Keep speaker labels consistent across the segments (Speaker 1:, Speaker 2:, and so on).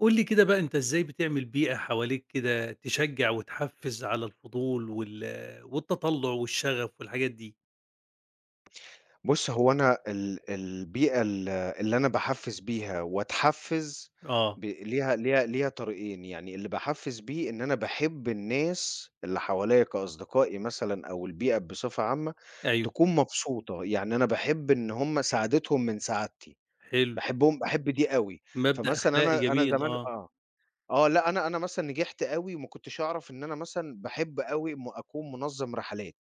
Speaker 1: قُل لي كده بقى أنت إزاي بتعمل بيئة حواليك كده تشجّع وتحفّز على الفضول والتطلُّع والشغف والحاجات دي؟
Speaker 2: بُص، هو أنا البيئة اللي أنا باحفّز بيها وأتحفّز
Speaker 1: آه،
Speaker 2: ب ليها ليها ليها طريقين، يعني اللي باحفّز بيه إن أنا باحب الناس اللي حواليّا كأصدقائي مثلًا أو البيئة بصفة عامة
Speaker 1: أيوه،
Speaker 2: تكون مبسوطة، يعني أنا باحب إن هم سعادتهم من سعادتي،
Speaker 1: حلو،
Speaker 2: باحب دي أوي،
Speaker 1: مبدأ
Speaker 2: فمثلًا
Speaker 1: أخلاقي
Speaker 2: أنا
Speaker 1: جميل،
Speaker 2: زمان
Speaker 1: آه،
Speaker 2: آه. آه، لأ، أنا مثلًا نجحت أوي وما كنتش أعرف إن أنا مثلًا باحب أوي أكون منظّم رحلات،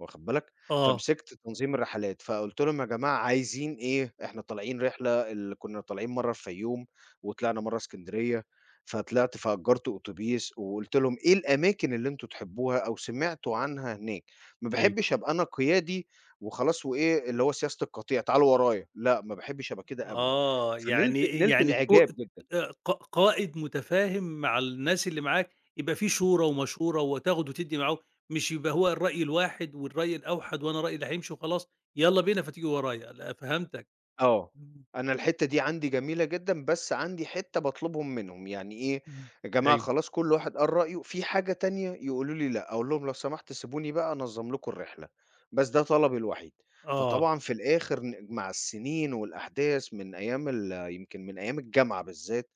Speaker 2: واخد بالك؟
Speaker 1: آه،
Speaker 2: فمسكت تنظيم الرحلات، فقُلت لهم: "يا جماعة عايزين إيه؟ إحنا طالعين رحلة كنا طالعين مرّة الفيوم، وطلعنا مرّة إسكندرية، فطلعت فأجرت أوتوبيس وقُلت لهم إيه الأماكن اللي أنتم تحبوها أو سمعتوا عنها هناك، ما
Speaker 1: أيوه،
Speaker 2: باحبش أبقى أنا قيادي وخلاص وإيه اللي هو سياسة القطيع تعالوا ورايا، لأ، ما باحبش أبقى كده أبدًا."
Speaker 1: آه،
Speaker 2: فنِلت
Speaker 1: يعني
Speaker 2: نِلت
Speaker 1: يعني تكو
Speaker 2: الإعجاب جدًا.
Speaker 1: ق قائد متفاهم مع الناس اللي معاك، يبقى في شورى ومشورة وتاخد وتدّي معاهم، مش يبقى هو الرأي الواحد والرأي الأوحد وأنا رأيي اللي هيمشي وخلاص، يالّا بينا فتيجي ورايا، لأ فهمتك،
Speaker 2: آه،
Speaker 1: إمم،
Speaker 2: أنا الحتّة دي عندي جميلة جدًا، بس عندي حتّة باطلبهم منهم، يعني إيه،
Speaker 1: إمم،
Speaker 2: يا جماعة
Speaker 1: أيوه،
Speaker 2: خلاص كل واحد قال رأيه، في حاجة تانية يقولوا لي لأ، أقول لهم لو سمحت سيبوني بقى أنظّم لكم الرحلة، بس ده طلبي الوحيد.
Speaker 1: آه.
Speaker 2: فطبعًا في الآخر مع السنين والأحداث من أيام يمكن من أيام الجامعة بالذات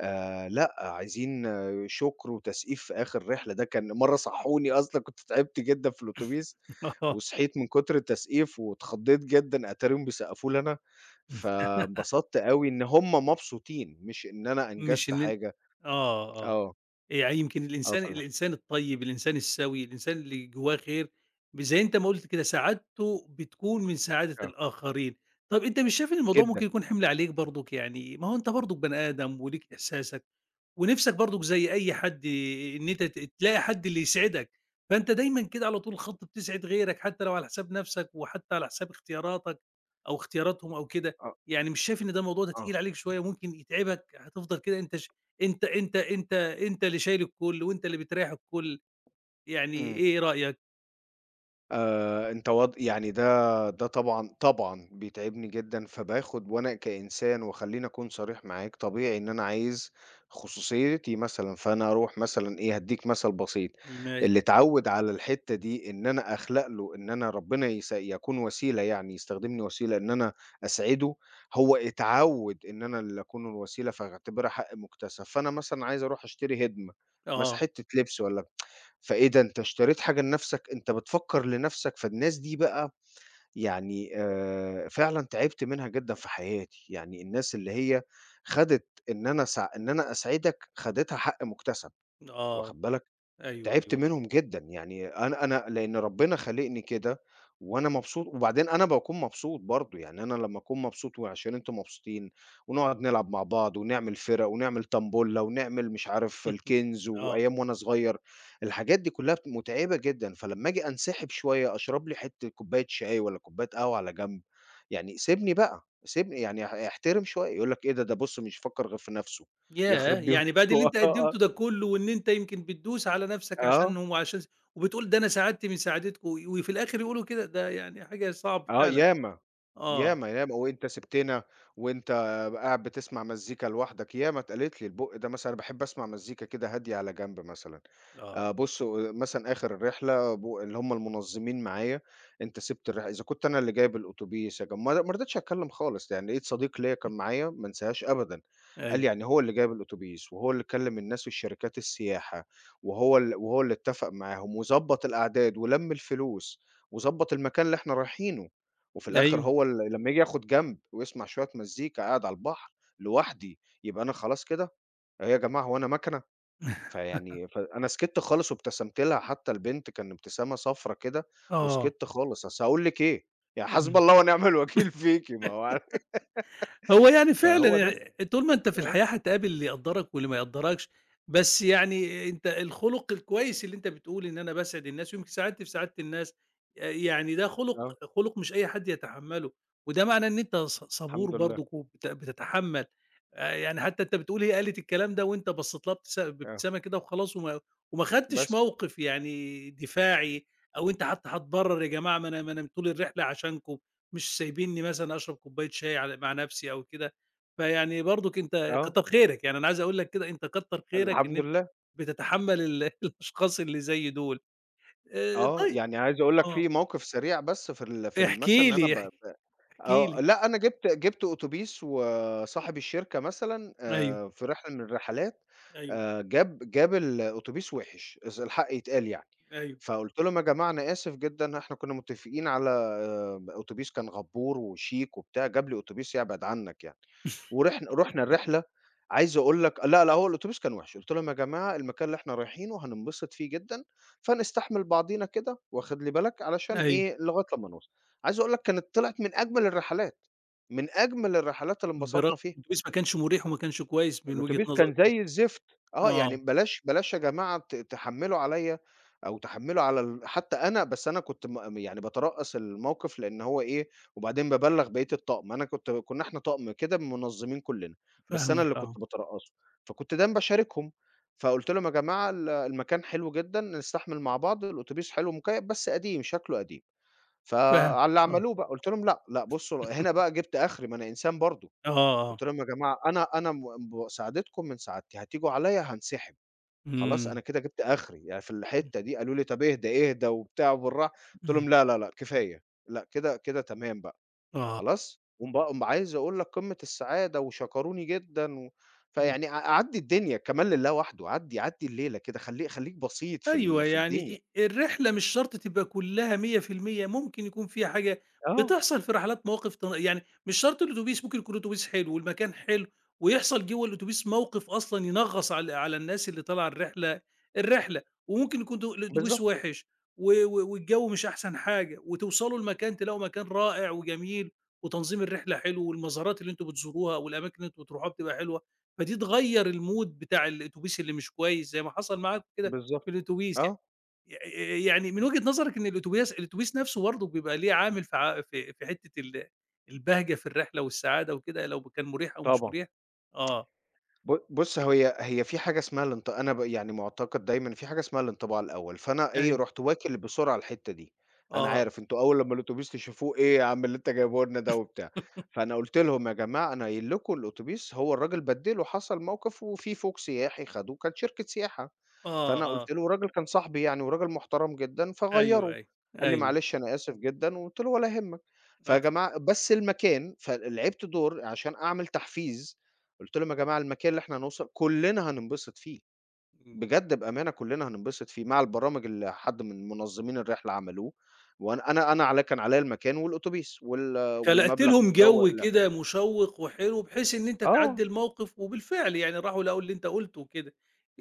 Speaker 2: لأ، عايزين آه، شكر وتسقيف في آخر رحلة، ده كان مرّة صحّوني أصلًا كنت تعبت جدًا في الأوتوبيس، وصحيت من كتر التسقيف واتخضّيت جدًا، أتاريهم بيسقّفوا لي أنا، فانبسطت أوي إن هُم مبسوطين، مش إن أنا
Speaker 1: مش
Speaker 2: أنجزت
Speaker 1: إن
Speaker 2: حاجة.
Speaker 1: آه، آه،
Speaker 2: آه،
Speaker 1: يعني يمكن
Speaker 2: آه
Speaker 1: الإنسان
Speaker 2: فالح
Speaker 1: الإنسان الطيب، الإنسان السَوِي، الإنسان اللي جوّاه خير زي أنت ما قُلت كده سعادته بتكون من سعادة
Speaker 2: آه،
Speaker 1: الآخرين. طَب أنت مش شايف إن الموضوع
Speaker 2: جدًا،
Speaker 1: ممكن يكون حِمل عليك برضُك؟ يعني ما هو أنت برضُك بني آدم وليك إحساسك. ونِفْسك برضُك زي أي حد، إن أنت تلاقي حد اللي يسعدك، فأنت دايمًا كده على طول الخط بتسعد غيرك حتى لو على حساب نَفْسك وحتى على حساب اختياراتك أو اختياراتهم أو كده،
Speaker 2: آه،
Speaker 1: يعني مش شايف إن ده الموضوع ده
Speaker 2: آه،
Speaker 1: تقيل عليك شوية ممكن يتعبك هتفضل كده أنت اللي شايل الكُلّ وأنت اللي بتريّح الكُلّ، يعني
Speaker 2: إمم.
Speaker 1: إيه رأيك؟
Speaker 2: أنت واض يعني ده طبعًا، طبعًا بيتعبني جدًا، فباخُد وأنا كإنسان وخلّيني أكون صريح معاك، طبيعي إن أنا عايز خصوصيتي مثلًا، فأنا أروح مثلًا إيه، هادّيك مثل بسيط، اللي
Speaker 1: ماشي،
Speaker 2: اتعوّد على الحتّة دي إن أنا أخلق له إن أنا ربنا يس يكون وسيلة يعني، يستخدمني وسيلة إن أنا أسعده، هو اتعوّد إن أنا اللي أكون الوسيلة، فهاعتبرها حق مُكتسب، فأنا مثلًا عايز أروح أشتري هدمة، مثلًا
Speaker 1: آه،
Speaker 2: حتّة لبس والّا فإيه ده أنت اشتريت حاجة لنفسك، أنت بتفكّر لنفسك، فالناس دي بقى يعني فعلًا تعبت منها جدًا في حياتي، يعني الناس اللي هي خدِت إن أنا سع إن أنا أسعدك، خدِتها حق مُكتسب،
Speaker 1: آه،
Speaker 2: واخد بالك؟
Speaker 1: أيوه،
Speaker 2: تعبت
Speaker 1: أيوه،
Speaker 2: منهم جدًا، يعني أنا لإن ربنا خالقني كده وأنا مبسوط، وبعدين أنا باكون مبسوط برضه، يعني أنا لمّا أكون مبسوط وعشان أنتم مبسوطين ونقعد نلعب مع بعض ونعمل فِرَق ونعمل طنبولة ونعمل مش عارف الكِنز
Speaker 1: آه.
Speaker 2: وأيام وأنا صغير، الحاجات دي كلّها مُتعبة جدًا، فلمّا آجي أنسحب شوية أشرب لي حتّة كوباية شاي والّا كوباية قهوة على جنب، يعني سيبني بقى، سيبني يعني احترم شوية، يقول لك إيه ده، ده بُص مش فكّر غير في نَفْسه،
Speaker 1: ياه!
Speaker 2: يخرب بيوتكم
Speaker 1: يعني بعد اللي أنت
Speaker 2: آه،
Speaker 1: قدّمته ده كلّه وإن أنت يمكن بتدوس على نَفْسك
Speaker 2: آه.
Speaker 1: عشانهم وعشان س وبتقول ده أنا ساعدت من ساعدتكم وفي الآخر يقولوا كده، ده يعني حاجة صعبة
Speaker 2: آه
Speaker 1: فعلًا.
Speaker 2: ياما،
Speaker 1: آه،
Speaker 2: ياما، وأنت سِبتنا وأنت قاعد بتسمع مزيكا لوحدك، ياما اتقالت لي البُق ده مثلًا باحب أسمع مزيكا كده هادية على جنب مثلًا،
Speaker 1: آه.
Speaker 2: بُص آه، مثلًا آخر الرحلة اللي هم المنظمين معايا، أنت سِبت الرحلة إذا كنت أنا اللي جايب الأوتوبيس يا جم ما رضيتش أتكلم خالص، يعني لقيت صديق ليّا كان معايا ما انساهاش أبدًا، قال لي
Speaker 1: أيوه،
Speaker 2: يعني هو اللي جايب الأوتوبيس وهو اللي كلم الناس والشركات السياحة وهو اللي اتفق معاهم وضبّط الأعداد ولَم الفلوس وضبّط المكان اللي إحنا رايحينه. وفي الآخر
Speaker 1: أيوه.
Speaker 2: هو ال لمّا ييجي ياخد جنب ويسمع شوية مزيكا قاعد على البحر لوحدي، يبقى أنا خلاص كده، إيه يا جماعة هو أنا ماكنة؟ فيعني فأنا سكِتّ خالص وابتسمت لها حتى البنت كان ابتسامة صفرا كده
Speaker 1: آه.
Speaker 2: وسكِتّ خالص، أصل هاقول لِك إيه، يعني حسبي
Speaker 1: إمم.
Speaker 2: الله ونعم الوكيل فيكِ ما هو ع
Speaker 1: هو يعني فعلًا
Speaker 2: فهو ده،
Speaker 1: يعني طول ما أنت في
Speaker 2: آه،
Speaker 1: الحياة هتقابل اللي يقدّرك واللي ما يقدّركش، بس يعني أنت الخُلُق الكويس اللي أنت بتقول إن أنا باسعد الناس ويمكن ساعدت في سعادة الناس، يعني ده
Speaker 2: آه،
Speaker 1: خُلُق مش أي حد يتحمّله، وده معناه إن أنت صبور
Speaker 2: الحمد لله،
Speaker 1: برضك وبت بتتحمّل، يعني حتى أنت بتقول هي قالت الكلام ده وأنت بصّيت لها
Speaker 2: آه،
Speaker 1: بابتسامة كده وخلاص وما خدتش
Speaker 2: بس،
Speaker 1: موقِف يعني دفاعي أو أنت حتى هتبرّر يا جماعة ما أنا طول الرحلة عشانكم. مش سايبينّي مثلًا أشرب كوباية شاي على مع نَفْسي أو كده، فيعني برضُك أنت
Speaker 2: آه،
Speaker 1: كتّر خيرك، يعني أنا عايز أقول لك كده أنت كتّر خيرك إن
Speaker 2: الحمد
Speaker 1: أنت
Speaker 2: لله،
Speaker 1: بتتحمّل ال الأشخاص اللي زي دُول.
Speaker 2: آه،
Speaker 1: طيب
Speaker 2: يعني عايز أقول لك
Speaker 1: آه،
Speaker 2: في موقف سريع بس في ال
Speaker 1: احكِ
Speaker 2: مثلًا إن أنا
Speaker 1: لي،
Speaker 2: ب
Speaker 1: احكِ احكِ
Speaker 2: آه،
Speaker 1: لي.
Speaker 2: لأ، أنا جِبت أوتوبيس وصاحب الشركة مثلًا
Speaker 1: أيوه،
Speaker 2: في رحلة من الرحلات
Speaker 1: أيوه،
Speaker 2: جاب الأوتوبيس وِحِش، إذ الحق يتقال يعني،
Speaker 1: أيوه،
Speaker 2: فقُلت لهم: "يا جماعة أنا آسف جدًا، إحنا كنا متفقين على أوتوبيس كان غَبّور وشيك وبتاع، جاب لي أوتوبيس يبعد عنّك يعني." ورحنا رُحنا الرحلة عايز أقول لك لأ، لأ، هو الأوتوبيس كان وِحِش، قُلت لهم: "يا جماعة المكان اللي إحنا رايحينه هننبسط فيه جدًا، فنستحمل بعضينا كده واخد لي بالك علشان
Speaker 1: أيوه.
Speaker 2: إيه، لغاية لمّا نوصل." عايز أقول لك كانت طلعت من أجمل الرحلات، من أجمل الرحلات اللي
Speaker 1: برغم
Speaker 2: انبسطنا
Speaker 1: إن
Speaker 2: فيها،
Speaker 1: الأتوبيس ما كانش مُريح وما كانش كويس من وجهة
Speaker 2: الأوتوبيس كان
Speaker 1: نظرك أنت.
Speaker 2: زي الزفت، آه، يعني
Speaker 1: آه،
Speaker 2: بلاش يا جماعة تحمّلوا عليَّ أو تحمّلوا على ال حتى أنا بس أنا كنت يعني باترأس الموقف لإن هو إيه، وبعدين بابلّغ بقية الطقم، أنا كنت كنا إحنا طقم كده منظمين كلنا، بس أنا
Speaker 1: فاهمك
Speaker 2: اللي كنت
Speaker 1: آه،
Speaker 2: باترأسه، فكنت دايمًا باشاركهم، فقُلت لهم: "يا جماعة المكان حلو جدًا، نستحمل مع بعض، الأوتوبيس حلو مكيّف بس قديم، شكله قديم."
Speaker 1: فاهم،
Speaker 2: فعلى اللي
Speaker 1: آه.
Speaker 2: عملوه بقى، قُلت لهم: "لأ، لأ بُصّوا هنا بقى جِبت آخري ما أنا إنسان برضه."
Speaker 1: آه، آه.
Speaker 2: قُلت لهم: "يا جماعة أنا م ب ساعدتكم من سعادتي، هتيجوا عليَّ هانسحب، خلاص
Speaker 1: إمم،
Speaker 2: أنا كده جِبت آخري." يعني في
Speaker 1: إمم،
Speaker 2: الحتّة دي قالوا لي: "طَب اهدى، اهدى." وبتاع وبالراحة، قُلت
Speaker 1: إمم.
Speaker 2: لهم: "لا، لا، لأ كفاية، لأ كده تمام بقى،
Speaker 1: آه.
Speaker 2: خلاص." عايز أقول لك قمة السعادة وشكروني جدًا و فيعني أعدّي الدنيا كمان لله وحده، عدّي الليلة كده، خلّيك بسيط
Speaker 1: أيوه،
Speaker 2: في الدنيا.
Speaker 1: يعني الرحلة مش شرط تبقى كلّها 100%، ممكن يكون فيها حاجة،
Speaker 2: آه،
Speaker 1: بتحصل في رحلات مواقف يعني مش شرط الأتوبيس، ممكن يكون الأتوبيس حلو والمكان حلو ويحصل جوّه الأتوبيس موقف أصلًا ينغّص على الناس اللي طالعة الرحلة الرحلة، وممكن يكون الأتوبيس
Speaker 2: بالضبط،
Speaker 1: وِحِش و و والجو مش أحسن حاجة، وتوصلوا المكان تلاقوا مكان رائع وجميل وتنظيم الرحلة حلو والمزارات اللي أنتم بتزوروها والأماكن اللي أنتم بتروحوها بتبقى حلوة، فدي تغيّر الmood بتاع الأتوبيس اللي مش كويس زي ما حصل معاكم كده.
Speaker 2: بالضبط.
Speaker 1: في الأتوبيس ي
Speaker 2: آه،
Speaker 1: ي يعني من وجهة نظرِك، إن الأتوبيس نفسه برضه بيبقى ليه عامل في حتّة البهجة في الرحلة والسعادة وكده لو كان مُريح أو مش
Speaker 2: طبعًا.
Speaker 1: مُريح؟ آه،
Speaker 2: بُص، هي في حاجة اسمها أنا يعني مُعتقد دايمًا في حاجة اسمها الانطباع الأول، فأنا إيه،
Speaker 1: أيوه،
Speaker 2: رُحت واكل بسرعة الحتّة دي، أنا
Speaker 1: آه،
Speaker 2: عارف أنتم أول لمّا الأوتوبيس تشوفوه إيه يا عم اللي أنت جايبه لنا ده وبتاع، فأنا قُلت لهم: "يا جماعة أنا قايل لكم الأوتوبيس" هو الراجل بَدِّله، حصل موقف وفي فوج سياحي خدوه، كانت شركة سياحة.
Speaker 1: آه،
Speaker 2: فأنا قُلت
Speaker 1: آه،
Speaker 2: له والراجل كان صاحبي يعني وراجل محترم جدًا،
Speaker 1: أيوه،
Speaker 2: فغيّره،
Speaker 1: أيوه،
Speaker 2: قال لي:
Speaker 1: أيوه،
Speaker 2: "معلش أنا آسف جدًا." وقُلت له: "ولا يهمك."
Speaker 1: آه،
Speaker 2: فيا جماعة بس المكان لعبت دور عشان أعمل تحفيز، قُلت لهم: "يا جماعة المكان اللي إحنا هنوصل كُلّنا هننبسط فيه،
Speaker 1: إمم.
Speaker 2: بجد بأمانة كُلّنا هننبسط فيه." مع البرامج اللي حد من منظمين الرحلة عملوه، وأنا أنا أنا عليَّ كان عليَّ المكان والأوتوبيس
Speaker 1: خلقت
Speaker 2: والمبلغ
Speaker 1: لهم
Speaker 2: بتاعه
Speaker 1: جو
Speaker 2: والاعتم
Speaker 1: كده مشوّق وحلو بحيث إن أنت
Speaker 2: آه،
Speaker 1: تعدّي الموقف وبالفعل يعني راحوا لقوا اللي أنت قُلته وكده.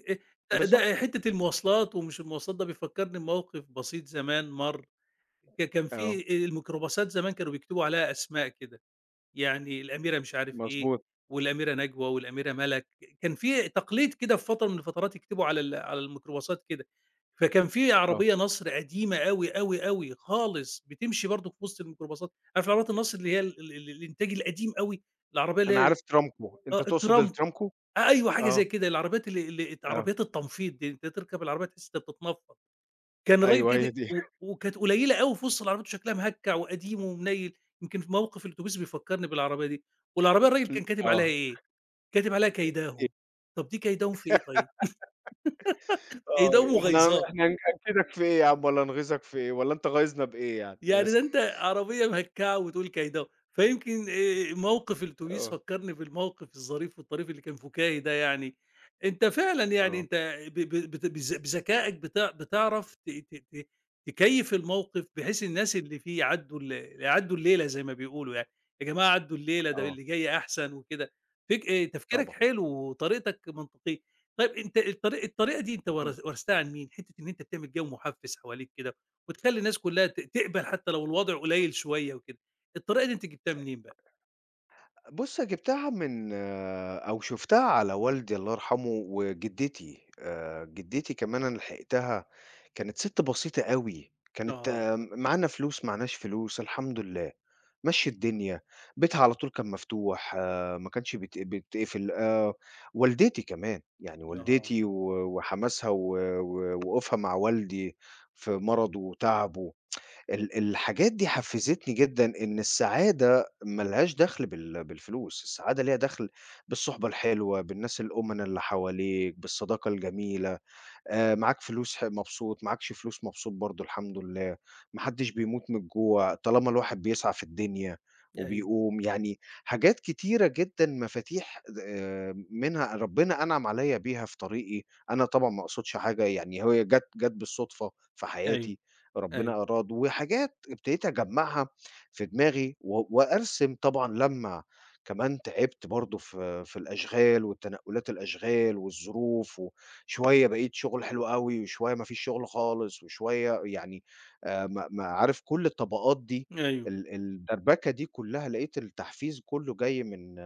Speaker 1: آآ ده
Speaker 2: بالضبط.
Speaker 1: حتّة المواصلات ومش المواصلات، ده بيفكّرني بموقف بسيط زمان. مَر ك كان
Speaker 2: آه،
Speaker 1: في الميكروباصات زمان كانوا بيكتبوا عليها أسماء كده، يعني الأميرة مش عارف إيه،
Speaker 2: مضبوط،
Speaker 1: والأميرة نجوى، والأميرة ملك، كان في تقليد كده في فترة من الفترات يكتبوا على على الميكروباصات كده، فكان في
Speaker 2: آه.
Speaker 1: عربية نصر قديمة أوي، أوي، أوي خالص بتمشي برضه في وسط الميكروباصات، عارف عربيات النصر اللي هي الإنتاج القديم أوي، العربية اللي
Speaker 2: أنا
Speaker 1: هي،
Speaker 2: عارف ترامكو، أنت
Speaker 1: آه
Speaker 2: تقصد
Speaker 1: الترام،
Speaker 2: الترامكو؟
Speaker 1: آه، أيوه حاجة
Speaker 2: آه،
Speaker 1: زي كده، العربيات اللي
Speaker 2: آه.
Speaker 1: عربيات التنفيض دي، أنت تركب العربية تحس أنت بتتنفض. كان الراجل
Speaker 2: أيوه هي
Speaker 1: كده
Speaker 2: دي
Speaker 1: وكانت قليّلة أوي في وسط العربيات وشكلها مهكّع وقديم ومنيّل، يمكن في موقف الأتوبيس بيفكّرني بالعربية دي، والعربية الراجل كان كاتب عليها
Speaker 2: آه
Speaker 1: إيه، كاتب عليها
Speaker 2: أكيد.
Speaker 1: كيداهم، طَب دي كيداهم في إيه طيب؟
Speaker 2: آه
Speaker 1: كيداهم
Speaker 2: إحنا هن
Speaker 1: وغيظان.
Speaker 2: إحنا هنأكّدك في إيه يا عم والّا نغيظك في إيه، والّا أنت غايظنا بإيه يعني؟ يا
Speaker 1: يعني
Speaker 2: س
Speaker 1: ده أنت عربية مهكّعة وتقول كايداو، فيمكن موقف الأتوبيس
Speaker 2: آه،
Speaker 1: فكّرني بالموقف الظريف والطريف اللي كان فكاهي ده يعني. أنت فعلًا يعني
Speaker 2: آه،
Speaker 1: أنت ب ب بت بذ بذكائك بتعرف ت ت ت تكيّف الموقف بحيث الناس اللي فيه يعدّوا يعدّوا الليلة زي ما بيقولوا يعني، يا جماعة عدّوا الليلة، ده
Speaker 2: آه،
Speaker 1: اللي جاي أحسن وكده. فك تفكيرك
Speaker 2: طبعًا.
Speaker 1: حلو وطريقتك منطقية. طيب أنت الطريقة دي أنت ورثتها عن مين؟ حتّة إن أنت بتعمل جو محفّز حواليك كده وتخلّي الناس كلّها تقبل حتى لو الوضع قليل شوية وكده. الطريقة دي أنتِ جبتيها منين بقى؟
Speaker 2: بُص، جِبتها من أو شُفتها على والدي الله يرحمه وجدتي، جدتي كمان أنا لحقتها، كانت سِت بسيطة أوي، كانت
Speaker 1: آه،
Speaker 2: آه، معانا فلوس، معناش فلوس، الحمد لله، مَشّي الدنيا، بيتها على طول كان مفتوح، آه، ما كانش بيت بيتقفل، والدتي كمان، يعني
Speaker 1: آه،
Speaker 2: والدتي و وحماسها و و وقوفها مع والدي في مرضه وتعبه. الحاجات دي حفّزتني جدًا إن السعادة ما لهاش دخل بالفلوس، السعادة ليها دخل بالصُحبة الحلوة، بالناس الأُمَنة اللي حواليك، بالصداقة الجميلة. معاك فلوس مبسوط، معاكش فلوس مبسوط برضه الحمد لله، ما حدّش بيموت من الجوع، طالما الواحد بيسعى في الدنيا
Speaker 1: أيوه،
Speaker 2: وبيقوم، يعني حاجات كتيرة جدًا مفاتيح منها ربنا أنعم عليّا بيها في طريقي، أنا طبعًا ما اقصدش حاجة يعني هي جات بالصدفة في
Speaker 1: أيوه،
Speaker 2: حياتي،
Speaker 1: أيوه،
Speaker 2: ربنا أراد، وحاجات ابتديت أجمّعها في دماغي و وأرسم طبعًا لمّا كمان تعبت برضه في الأشغال والتنقلات الأشغال والظروف و شوية بقيت شغل حلو أوي، وشوية ما فيش شغل خالص، وشوية يعني ما عارف كل الطبقات دي
Speaker 1: أيوه،
Speaker 2: الدربكة دي كلّها لقيت التحفيز كلّه جاي من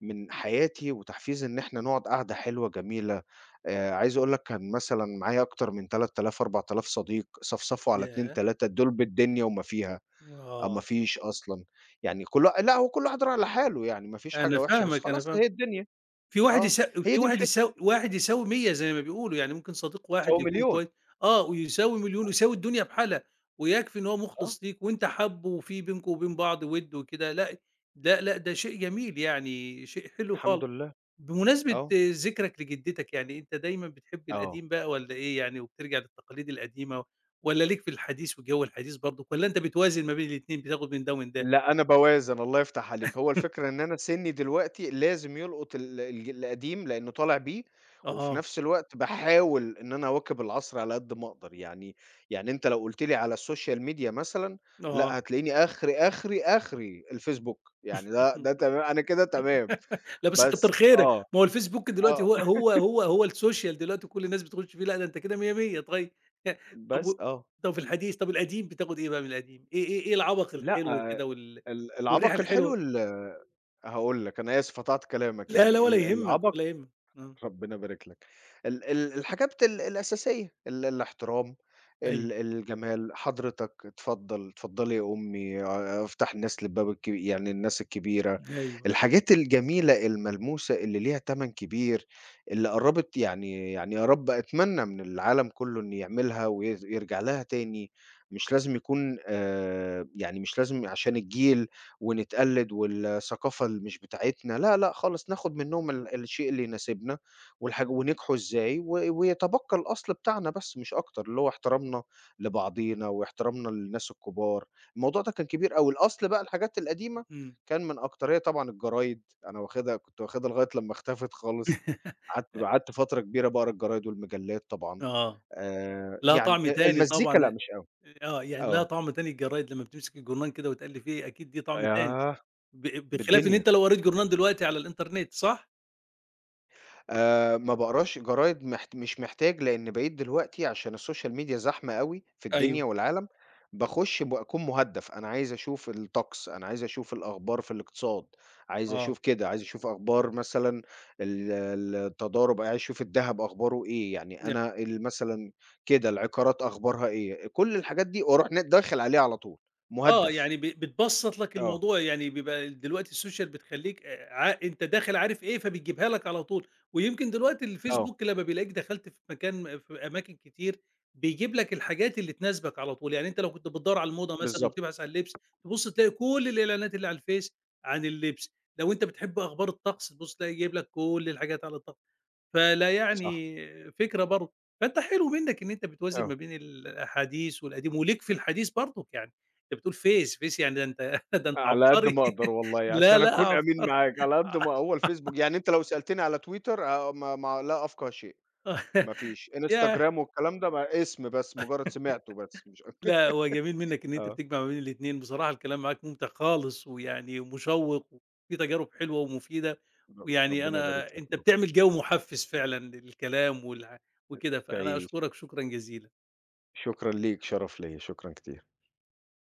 Speaker 2: من حياتي، وتحفيز إن إحنا نقعد قعدة حلوة جميلة، عايز أقول لك كان مثلًا معايا أكتر من 3000، 4000 صديق، صفصفوا على 2،
Speaker 1: ياه!
Speaker 2: 3 دول بالدنيا وما فيها، أو
Speaker 1: آه،
Speaker 2: ما فيش أصلًا، يعني كل وا لأ هو كل واحد راح لحاله يعني ما فيش
Speaker 1: أنا
Speaker 2: حاجة وحشة، بس
Speaker 1: فاهمك، أنا
Speaker 2: خلاص
Speaker 1: فاهمك.
Speaker 2: هي الدنيا،
Speaker 1: في واحد
Speaker 2: آه،
Speaker 1: يس
Speaker 2: هي
Speaker 1: في
Speaker 2: دي
Speaker 1: واحد
Speaker 2: الفكرة،
Speaker 1: يساو واحد يساوي 100 زي ما بيقولوا، يعني ممكن صديق واحد
Speaker 2: هو
Speaker 1: يكون
Speaker 2: مليون،
Speaker 1: كويس، آه، ويساوي مليون ويساوي الدنيا بحالها، ويكفي إن هو
Speaker 2: آه،
Speaker 1: مخلص ليك وأنت حابُّه وفي بينكم وبين بعض وِدّ وكده، لأ، لأ ده شيء جميل يعني، شيء حلو
Speaker 2: الحمد
Speaker 1: خالص.
Speaker 2: لله،
Speaker 1: بمناسبة
Speaker 2: آه.
Speaker 1: ذكرك لجدتك، يعني أنت دايمًا بتحب
Speaker 2: آه.
Speaker 1: القديم بقى والّا إيه يعني، وبترجع للتقاليد القديمة والّا ليك في الحديث والجو الحديث برضك، والّا أنت بتوازن ما بين الاتنين بتاخد من ده ومن ده؟
Speaker 2: لأ، أنا باوازن، الله يفتح عليك. هو الفكرة إن أنا سِنّي دلوقتي لازم يلقط ال الج القديم لإنه طالع بيه، وفي
Speaker 1: آه،
Speaker 2: نفس الوقت باحاول إن أنا أواكب العصر على قد ما أقدر. يعني يعني أنت لو قُلت لي على الSocial media مثلًا،
Speaker 1: آه.
Speaker 2: لأ، هتلاقيني آخري الFacebook. يعني ده تما أنا كده تمام.
Speaker 1: لأ بس كتّر
Speaker 2: بس
Speaker 1: خيرك،
Speaker 2: آه،
Speaker 1: ما هو الفيسبوك دلوقتي
Speaker 2: آه.
Speaker 1: هو السوشيال دلوقتي وكل الناس بتخش فيه، لأ ده أنت كده مِيَّة، مِيَّة طيب. طب
Speaker 2: بس
Speaker 1: و
Speaker 2: آه.
Speaker 1: طب في الحديث، طب القديم بتاخد إيه بقى من القديم؟ إيه العَبَق
Speaker 2: لأ،
Speaker 1: الحلو كده والريحة
Speaker 2: العبق الحلو
Speaker 1: الحلوة؟
Speaker 2: ال هاقول لك، أنا آسف قطعت كلامك.
Speaker 1: لا، لا
Speaker 2: يعني
Speaker 1: ولا يهمّك،
Speaker 2: العبق
Speaker 1: ولا يهمّك، آه،
Speaker 2: ربنا يبارك لك. ال الحاجات الأساسية، الاحترام،
Speaker 1: أيوه،
Speaker 2: الجمال، حضرتك اتفضل، اتفضلي يا أمي، افتح الناس للباب الك يعني الناس الكبيرة،
Speaker 1: أيوه،
Speaker 2: الحاجات الجميلة الملموسة اللي ليها تَمَن كبير، اللي قرّبت يعني يعني يا رب أتمنى من العالم كُلّه إنه يعملها يرجع لها تاني، مش لازم يكون يعني مش لازم عشان الجيل ونتقلِّد والثقافة اللي مش بتاعتنا، لا، لأ خالص، ناخُد منّهم الشيء اللي يناسبنا. ونجحوا إزاي و ويتبقى الأصل بتاعنا بس مش أكتر، اللي هو احترامنا لبعضينا واحترامنا للناس الكبار، الموضوع ده كان كبير أوي، الأصل بقى الحاجات القديمة
Speaker 1: إمم،
Speaker 2: كان من أكترها طبعًا الجرايد، أنا واخدها كنت واخدها لغاية لمّا اختفت خالص، قعدت قعدت فترة كبيرة باقرا الجرايد والمجلات طبعًا،
Speaker 1: آه، لها
Speaker 2: يعني
Speaker 1: طعم تاني
Speaker 2: المزيكا لأ
Speaker 1: طبعًا،
Speaker 2: مش أوي،
Speaker 1: آه، يعني لها
Speaker 2: آه،
Speaker 1: طعم تاني الجرايد لمّا بتمسك الجورنان كده وتقلِّب فيه أكيد دي طعم تاني،
Speaker 2: ياه!
Speaker 1: ب بخلاف إن
Speaker 2: بالدنيا.
Speaker 1: أنت لو قريت جورنان دلوقتي على الإنترنت، صح؟
Speaker 2: ما باقراش جرايد محت مش محتاج، لإن بقيت دلوقتي عشان الSocial Media زحمة أوي في
Speaker 1: أيوه،
Speaker 2: الدنيا والعالم، باخُش باكون مُهدَّف، أنا عايز أشوف الطقس، أنا عايز أشوف الأخبار في الاقتصاد، عايز
Speaker 1: آه.
Speaker 2: أشوف كده، عايز أشوف أخبار مثلًا التضارب، عايز أشوف الدهب أخباره إيه، يعني أنا مثلًا كده، العقارات أخبارها إيه، كل الحاجات دي وأروح داخل عليها على طول،
Speaker 1: آه،
Speaker 2: مُهدَّف.
Speaker 1: يعني بتبسّط لك
Speaker 2: آه،
Speaker 1: الموضوع، يعني بيبقى دلوقتي السوشيال بتخلّيك، ع أنت داخل عارف إيه، فبتجيبها لك على طول، ويمكن دلوقتي
Speaker 2: آه.
Speaker 1: الفيسبوك لمّا بيلاقيك دخلت في أماكن كتير، بيجيب لك الحاجات اللي تناسبك على طول، يعني أنت لو كنت بتدوّر على الموضة مثلًا
Speaker 2: بالضبط،
Speaker 1: وبتبحث عن اللبس، تبُص تلاقي كل الإعلانات اللي على الفيس عن اللبس، لو أنت بتحب أخبار الطقس تبُص تلاقي جايب لك كل الحاجات على الطقس. فلا
Speaker 2: صح.
Speaker 1: يعني فكرة برضه. فأنت حلو منّك إن أنت بتوازن ما
Speaker 2: آه.
Speaker 1: بين الأحاديث والقديم وليك في الحديث برضه يعني، أنت بتقول فيس، فيس يعني ده أنت ده أنت
Speaker 2: على قد
Speaker 1: عبقري.
Speaker 2: ما أقدر والله،
Speaker 1: لا،
Speaker 2: عشان
Speaker 1: لأ
Speaker 2: أكون أمين
Speaker 1: عبقري.
Speaker 2: معاك، على قد ما هو الفيسبوك يعني أنت لو سألتني على تويتر ما لا أفقه شيء، ما فيش،
Speaker 1: ياه!
Speaker 2: إنستجرام والكلام ده ما اسم بس، مجرد سمعته بس مش أكتر.
Speaker 1: لأ هو جميل منّك إن أنت
Speaker 2: آه.
Speaker 1: بتجمع ما بين الاتنين، بصراحة الكلام معاك ممتع خالص ويعني مشوّق وفيه تجارب حلوة ومفيدة، ويعني
Speaker 2: ربنا يبارك
Speaker 1: أنا
Speaker 2: لك
Speaker 1: أنت
Speaker 2: يا رب،
Speaker 1: بتعمل جو محفّز فعلًا للكلام وكده، فأنا
Speaker 2: تعيش،
Speaker 1: أشكرك شكرًا جزيلًا.
Speaker 2: شكرًا ليك، شرف ليّا، شكرًا كتير.